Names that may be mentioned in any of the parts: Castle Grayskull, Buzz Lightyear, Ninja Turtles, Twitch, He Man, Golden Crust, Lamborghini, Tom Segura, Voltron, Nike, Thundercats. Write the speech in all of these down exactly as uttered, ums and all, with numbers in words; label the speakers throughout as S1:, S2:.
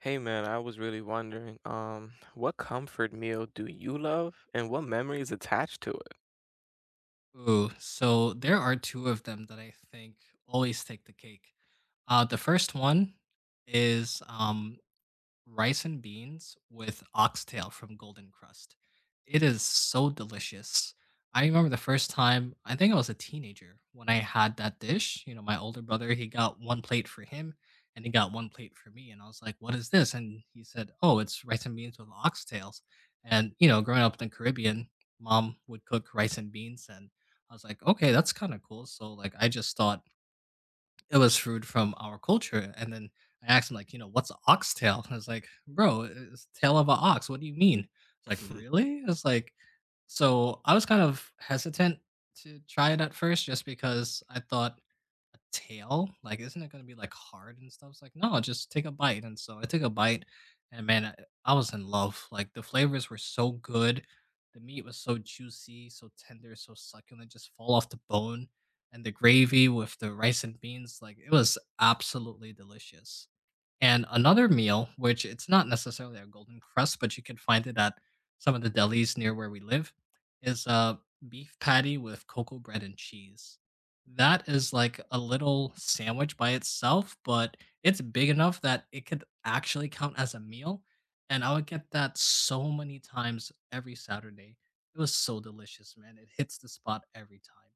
S1: Hey man, I was really wondering, um, what comfort meal do you love and what memory is attached to
S2: Ooh, so there are two of them that I think always take the cake. Uh, the first one is um, rice and beans with oxtail from Golden Crust. It is so delicious. I remember the first time, I think I was a teenager when I had that dish. You know, my older brother, he got one plate for him and he got one plate for me. And I was like, what is this? And he said, oh, it's rice and beans with oxtails. And, you know, growing up in the Caribbean, mom would cook rice and beans. And I was like, okay, that's kind of cool. So, like, I just thought, it was food from our culture. And then I asked him, like, you know, what's a oxtail? And I was like, bro, it's tail of an ox. What do you mean? It's like,
S1: it?
S2: really? It's like, so I was kind of hesitant to try it at first just because I thought a tail? Like, isn't it gonna be like hard and stuff? It's like, no, just take a bite. And so I took a bite, and man, I, I was in love. Like the flavors were so good, the meat was so juicy, so tender, so succulent, just fall off the bone. And the gravy with the rice and beans, like it was absolutely delicious. And another meal, which it's not necessarily a Golden Crust, but you can find it at some of the delis near where we live, is a beef patty with cocoa bread and cheese. That is like a little sandwich by itself, but it's big enough that it could actually count as a meal. And I would get that so many times every Saturday. It was so delicious, man. It hits the spot every time.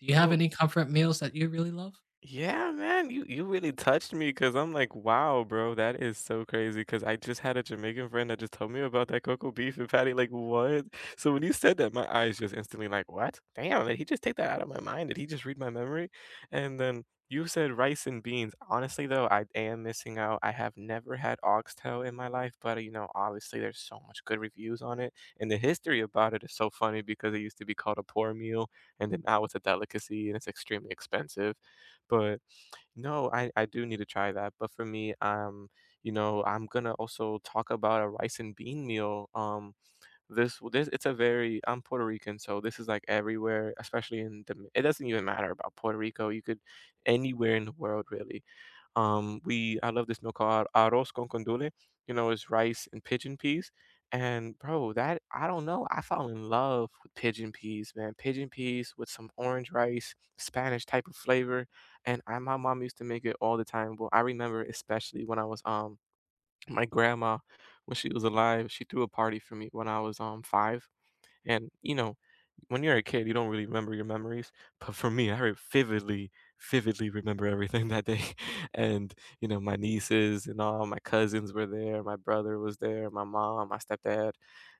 S2: Do you have
S1: Bro,
S2: any comfort meals that you really love?
S1: yeah, man, you you really touched me because 'cause I'm like, "Wow, bro, that is so crazy. Because I just had a Jamaican friend that just told me about that cocoa beef and patty, like, "What?" So when you said that, my eyes just instantly like, "What? Damn, did he just take that out of my mind? Did he just read my memory?" And then you said rice and beans. Honestly, though, I am missing out. I have never had oxtail in my life, but, you know, obviously, there's so much good reviews on it, and the history about it is so funny because it used to be called a poor meal, and then now it's a delicacy, and it's extremely expensive. But no, I I do need to try that. But for me, um, you know, I'm gonna also talk about a rice and bean meal. Um, this this it's a very I'm Puerto Rican, so this is like everywhere, especially in the it doesn't even matter about Puerto Rico. You could anywhere in the world really. Um, we I love this meal called arroz con condole. You know, it's rice and pigeon peas. And bro, that I don't know. I fell in love with pigeon peas, man. Pigeon peas with some orange rice, Spanish type of flavor. And I, my mom used to make it all the time. Well, I remember especially when I was um my grandma, when she was alive, she threw a party for me when I was um five, and, you know, when you're a kid, you don't really remember your memories, but for me, I re vividly, vividly remember everything that day, and, you know, my nieces and all my cousins were there, my brother was there, my mom, my stepdad,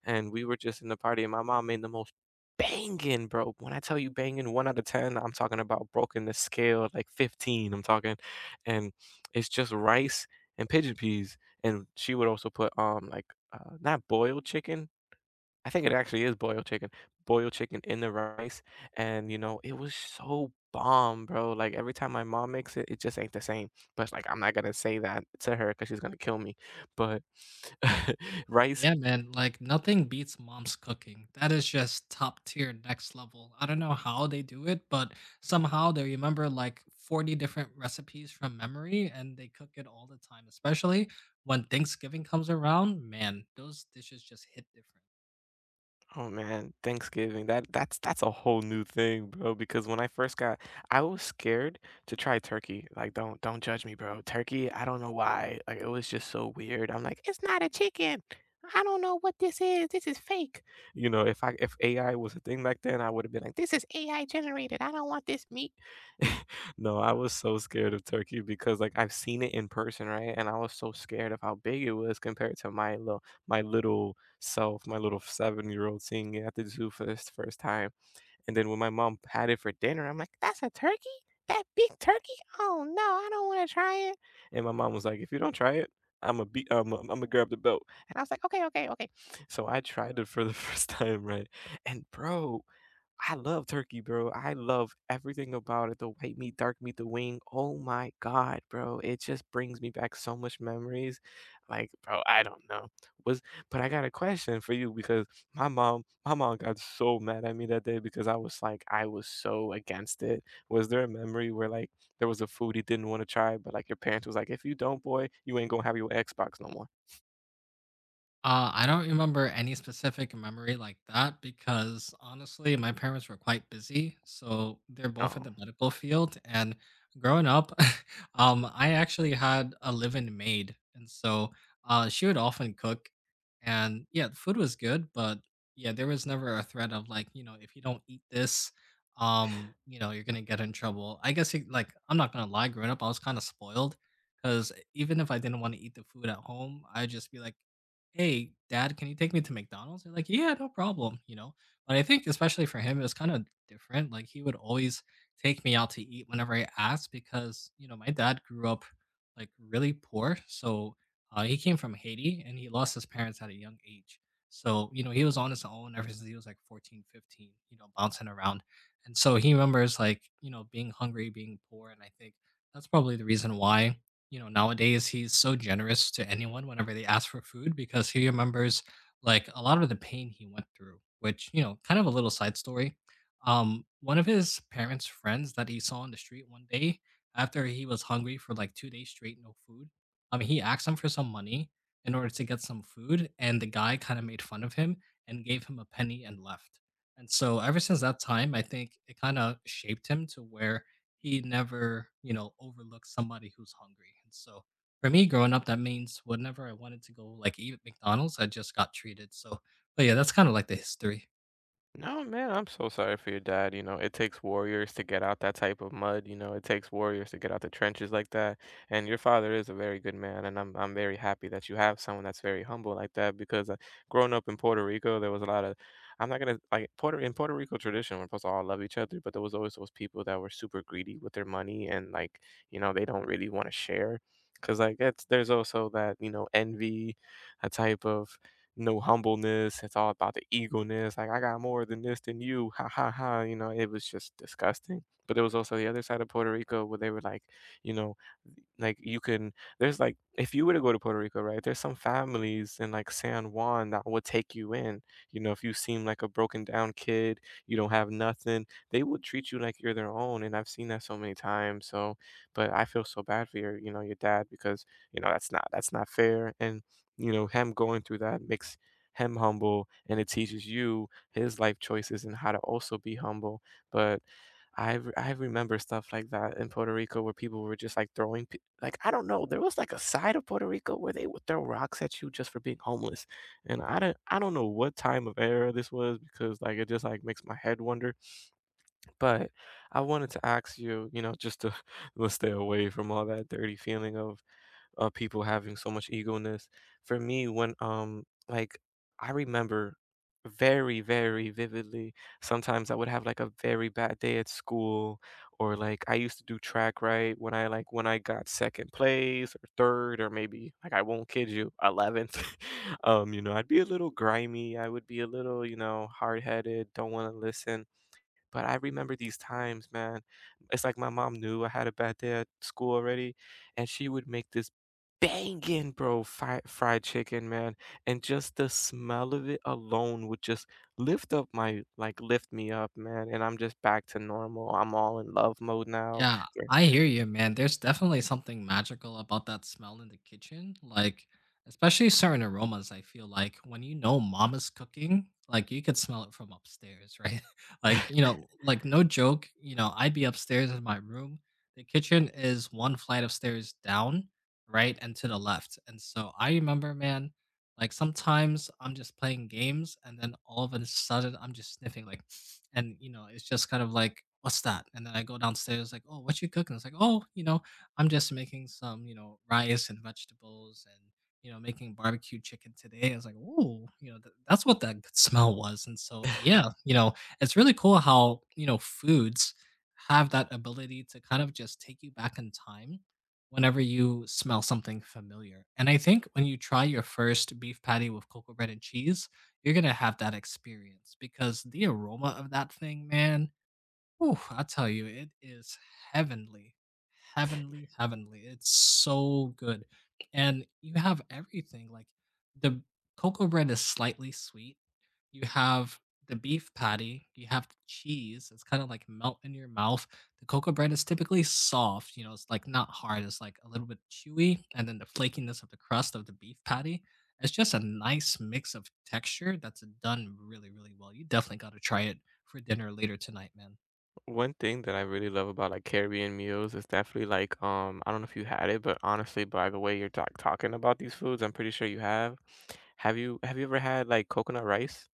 S1: and we were just in the party, and my mom made the most banging, bro. When I tell you banging one out of ten, I'm talking about broken the scale, like fifteen, I'm talking, and it's just rice and pigeon peas, and she would also put, um, like, uh, not boiled chicken, I think it actually is boiled chicken. Boiled chicken in the rice, and, you know, it was so bomb, bro, like, every time my mom makes it, it just ain't the same, but, like, I'm not gonna say that to her because she's gonna kill me, but rice.
S2: Yeah, man. Like nothing beats mom's cooking. That is just top tier, next level. I don't know how they do it, but somehow they remember like forty different recipes from memory and they cook it all the time, especially when Thanksgiving comes around. Man, those dishes just hit different.
S1: Oh man, Thanksgiving. That that's that's a whole new thing, bro, because when I first got I was scared to try turkey. Like don't don't judge me, bro. Turkey, I don't know why. Like it was just so weird. I'm like, "It's not a chicken. I don't know what this is. This is fake." You know, if I if A I was a thing back then, I would have been like, "This is A I generated. I don't want this meat." No, I was so scared of turkey because like I've seen it in person, right? And I was so scared of how big it was compared to my little my little so my little seven-year-old seeing it at the zoo for this first time, and then when my mom had it for dinner, I'm like, "That's a turkey? That big turkey? Oh no, I don't want to try it." And my mom was like, "If you don't try it, I am a be, I am going Imma grab the belt." And I was like, "Okay, okay, okay." So I tried it for the first time, right? And bro, I love turkey, bro. I love everything about it, the white meat, dark meat, the wing. Oh my God, bro. It just brings me back so much memories. Like, bro, I don't know. Was But I got a question for you because my mom, my mom got so mad at me that day because I was like, I was so against it. Was there a memory where like there was a food you didn't want to try, but like your parents was like, if you don't, boy, you ain't gonna have your Xbox no more?
S2: Uh, I don't remember any specific memory like that because honestly, my parents were quite busy. So they're both in
S1: Oh.
S2: the medical field. And growing up, um, I actually had a live in maid. And so uh, she would often cook. And yeah, the food was good. But yeah, there was never a threat of like, you know, if you don't eat this, um, you know, you're going to get in trouble. I guess, it, like, I'm not going to lie, growing up, I was kind of spoiled because even if I didn't want to eat the food at home, I'd just be like, hey dad, can you take me to McDonald's? They're like, yeah, no problem, you know. But I think especially for him it was kind of different, like he would always take me out to eat whenever I asked, because you know, my dad grew up like really poor. So uh, he came from Haiti and he lost his parents at a young age. So you know, he was on his own ever since he was like fourteen, fifteen. You know, bouncing around. And so he remembers like, you know, being hungry, being poor. And I think that's probably the reason why, you know, nowadays he's so generous to anyone whenever they ask for food, because he remembers like a lot of the pain he went through, which, you know, kind of a little side story. Um, one of his parents' friends that he saw on the street one day after he was hungry for like two days straight, no food. I mean, he asked him for some money in order to get some food, and the guy kind of made fun of him and gave him a penny and left. And so, ever since that time, I think it kind of shaped him to where he never, you know, overlooks somebody who's hungry. And so for me growing up, that means whenever I wanted to go like eat at McDonald's, I just got treated. So, but yeah, that's kind of like the history.
S1: No, man, I'm so sorry for your dad. You know, it takes warriors to get out that type of mud. You know, it takes warriors to get out the trenches like that. And your father is a very good man, and I'm I'm very happy that you have someone that's very humble like that. Because uh, growing up in Puerto Rico, there was a lot of I'm not gonna like Puerto in Puerto Rico tradition. We're supposed to all love each other, but there was always those people that were super greedy with their money, and like you know they don't really want to share. Cause like it's there's also that you know envy, a type of no humbleness. It's all about the egoness. Like I got more than this than you. Ha ha ha. You know, it was just disgusting. But there was also the other side of Puerto Rico where they were like, you know, like you can there's like if you were to go to Puerto Rico, right? There's some families in like San Juan that would take you in. You know, if you seem like a broken down kid, you don't have nothing, they will treat you like you're their own. And I've seen that so many times. So but I feel so bad for your, you know, your dad because, you know, that's not that's not fair. And you know, him going through that makes him humble and it teaches you his life choices and how to also be humble. But I've I r- I remember stuff like that in Puerto Rico where people were just like throwing pe- like I don't know there was like a side of Puerto Rico where they would throw rocks at you just for being homeless, and I don't I don't know what time of era this was because like it just like makes my head wonder, but I wanted to ask you you know just to let's stay away from all that dirty feeling of uh, people having so much ego in this. For me, when um like I remember very, very vividly, sometimes I would have like a very bad day at school, or like I used to do track right when I like when I got second place or third or maybe like I won't kid you, eleventh. um, you know, I'd be a little grimy, I would be a little, you know, hard headed, don't want to listen, but I remember these times, man. It's like my mom knew I had a bad day at school already, and she would make this banging, bro, fi fried chicken, man. And just the smell of it alone would just lift up my like lift me up, man. And I'm just back to normal. I'm all in love mode now.
S2: Yeah, I hear you, man. There's definitely something magical about that smell in the kitchen. Like, especially certain aromas, I feel like when you know mama's cooking, like you could smell it from upstairs, right? Like, you know, like no joke, you know, I'd be upstairs in my room. The kitchen is one flight of stairs down, right, and to the left. And so I remember, man, like sometimes I'm just playing games and then all of a sudden I'm just sniffing like, and you know, it's just kind of like, what's that? And then I go downstairs like, oh, what you cooking? It's like, oh, you know, I'm just making some, you know, rice and vegetables and, you know, making barbecue chicken today. I was like, oh, you know, th- that's what that good smell was. And so yeah, you know, it's really cool how, you know, foods have that ability to kind of just take you back in time whenever you smell something familiar. And I think when you try your first beef patty with cocoa bread and cheese, you're gonna have that experience because the aroma of that thing, man, whew, I tell you, it is heavenly. Heavenly, heavenly. It's so good. And you have everything, like, the cocoa bread is slightly sweet, you have the beef patty, you have the cheese. It's kind of like melt in your mouth. The cocoa bread is typically soft, you know, it's like not hard, it's like a little bit chewy. And then the flakiness of the crust of the beef patty. It's just a nice mix of texture that's done really, really well. You definitely got to try it for dinner later tonight, man.
S1: One thing that I really love about like Caribbean meals is definitely like um I don't know if you had it, but honestly, by the way you're talk talking about these foods, I'm pretty sure you have. Have you have you ever had like coconut rice?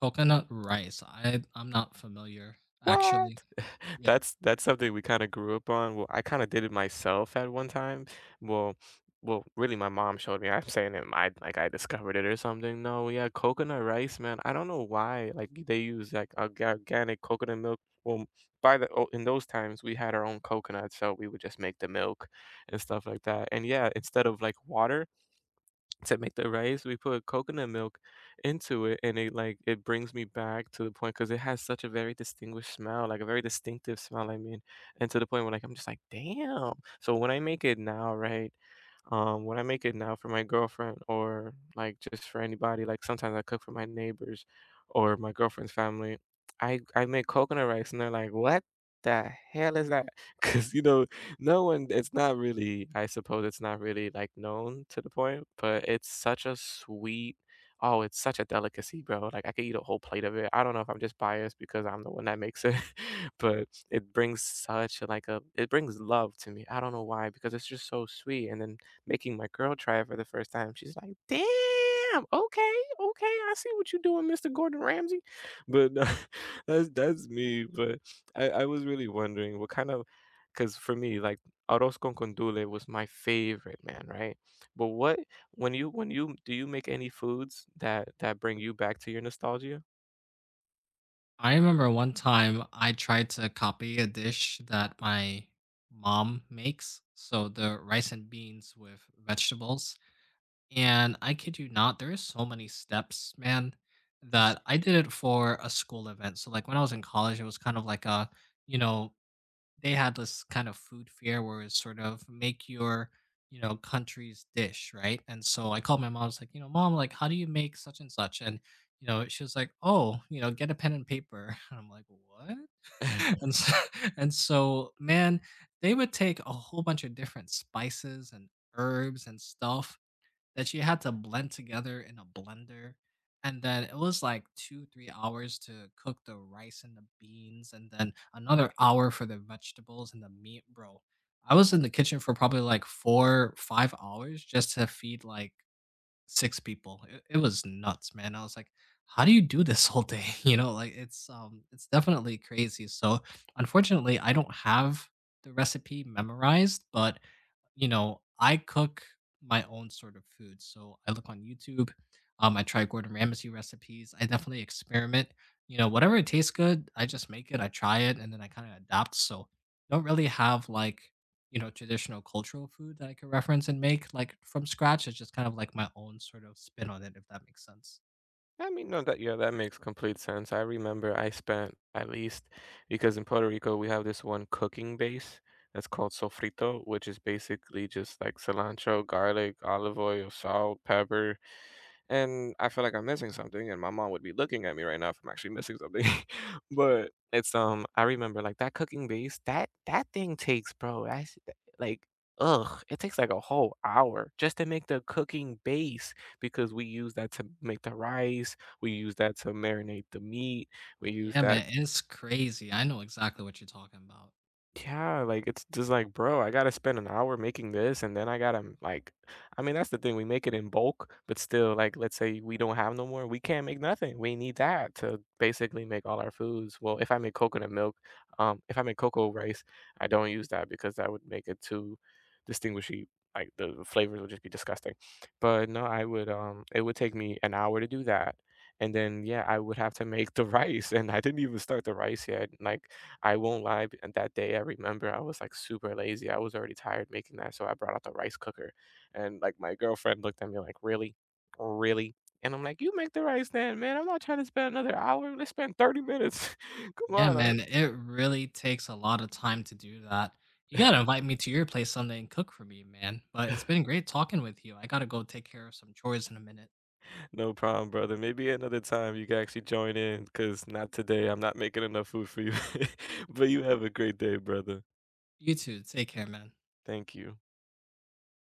S2: Coconut rice. I, I'm not familiar, actually.
S1: What?
S2: Yeah.
S1: That's that's something we kinda grew up on. Well, I kinda did it myself at one time. Well well, really, my mom showed me. I'm saying it I like, I discovered it or something. No, yeah, coconut rice, man. I don't know why, like, they use, like, org organic coconut milk. Well, by the oh, in those times, we had our own coconuts, so we would just make the milk and stuff like that. And, yeah, instead of, like, water to make the rice, we put coconut milk into it, and it like it brings me back to the point because it has such a very distinguished smell, like a very distinctive smell. I mean, and to the point where like I'm just like, damn. So when I make it now, right? Um, when I make it now for my girlfriend or like just for anybody, like sometimes I cook for my neighbors or my girlfriend's family. I I make coconut rice, and they're like, what? The hell is that? Because you know no one it's not really I suppose it's not really, like, known to the point, but it's such a sweet oh, it's such a delicacy, bro, like, I could eat a whole plate of it. I don't know if I'm just biased because I'm the one that makes it, but it brings such, a, like, a it brings love to me. I don't know why, because it's just so sweet, and then making my girl try it for the first time, she's like, "Damn, okay, okay, I see what you're doing, Mister Gordon Ramsay." But, that's that's me, but I I was really wondering what kind of because for me, like arroz con condole was my favorite, man, right? But what when you when you do you make any foods that that bring you back to your nostalgia?
S2: I remember one time I tried to copy a dish that my mom makes. So the rice and beans with vegetables. And I kid you not, there is so many steps, man, that I did it for a school event. So like when I was in college, it was kind of like a, you know, they had this kind of food fair where it's sort of make your, you know, country's dish, right? And so I called my mom. I was like, you know, mom, like, how do you make such and such? And, you know, she was like, oh, you know, get a pen and paper. And I'm like, what? And so, and so man, they would take a whole bunch of different spices and herbs and stuff that she had to blend together in a blender. And then it was like two, three hours to cook the rice and the beans, and then another hour for the vegetables and the meat, bro. I was in the kitchen for probably like four, five hours just to feed like six people. It, it was nuts, man. I was like, how do you do this whole day? You know, like it's um it's definitely crazy. So unfortunately, I don't have the recipe memorized, but you know, I cook my own sort of food. So I look on YouTube. Um, I try Gordon Ramsay recipes. I definitely experiment. You know, whatever it tastes good, I just make it, I try it, and then I kind of adapt. So don't really have like, you know, traditional cultural food that I could reference and make like from scratch. It's just kind of like my own sort of spin on it, if that makes sense.
S1: I mean, no, that yeah, that makes complete sense. I remember I spent at least because in Puerto Rico we have this one cooking base that's called sofrito, which is basically just like cilantro, garlic, olive oil, salt, pepper, and I feel like I'm missing something, and my mom would be looking at me right now if I'm actually missing something. but it's um, I remember like that cooking base that that thing takes, bro. That's like. Ugh, it takes like a whole hour just to make the cooking base because we use that to make the rice, we use that to marinate the meat, we use
S2: Yeah,
S1: that.
S2: man, it's crazy. I know exactly what you're talking about.
S1: Yeah, like, it's just like, "Bro, I gotta spend an hour making this, and then I gotta, like" I mean, that's the thing, we make it in bulk, but still, like, let's say we don't have no more, we can't make nothing, we need that to basically make all our foods. Well, if I make coconut milk, um, if I make cocoa rice, I don't use that because that would make it too distinguishy, like, the flavors would just be disgusting. But, no, I would, um it would take me an hour to do that, and then, yeah, I would have to make the rice, and I didn't even start the rice yet, like, I won't lie, b and that day, I remember I was, like, super lazy, I was already tired making that, so I brought out the rice cooker, and, like, my girlfriend looked at me like, "Really? Really?" And I'm like, "You make the rice then, man, I'm not trying to spend another hour, let's spend thirty minutes, come
S2: Yeah,
S1: on, uh"
S2: man, it really takes a lot of time to do that. You gotta invite me to your place someday and cook for me, man. But it's been great talking with you. I gotta go take care of some chores in a minute.
S1: No problem, brother, maybe another time you can actually join in, cause not today, I'm not making enough food for you, but you have a great day, brother.
S2: You too. Take care, man.
S1: Thank you.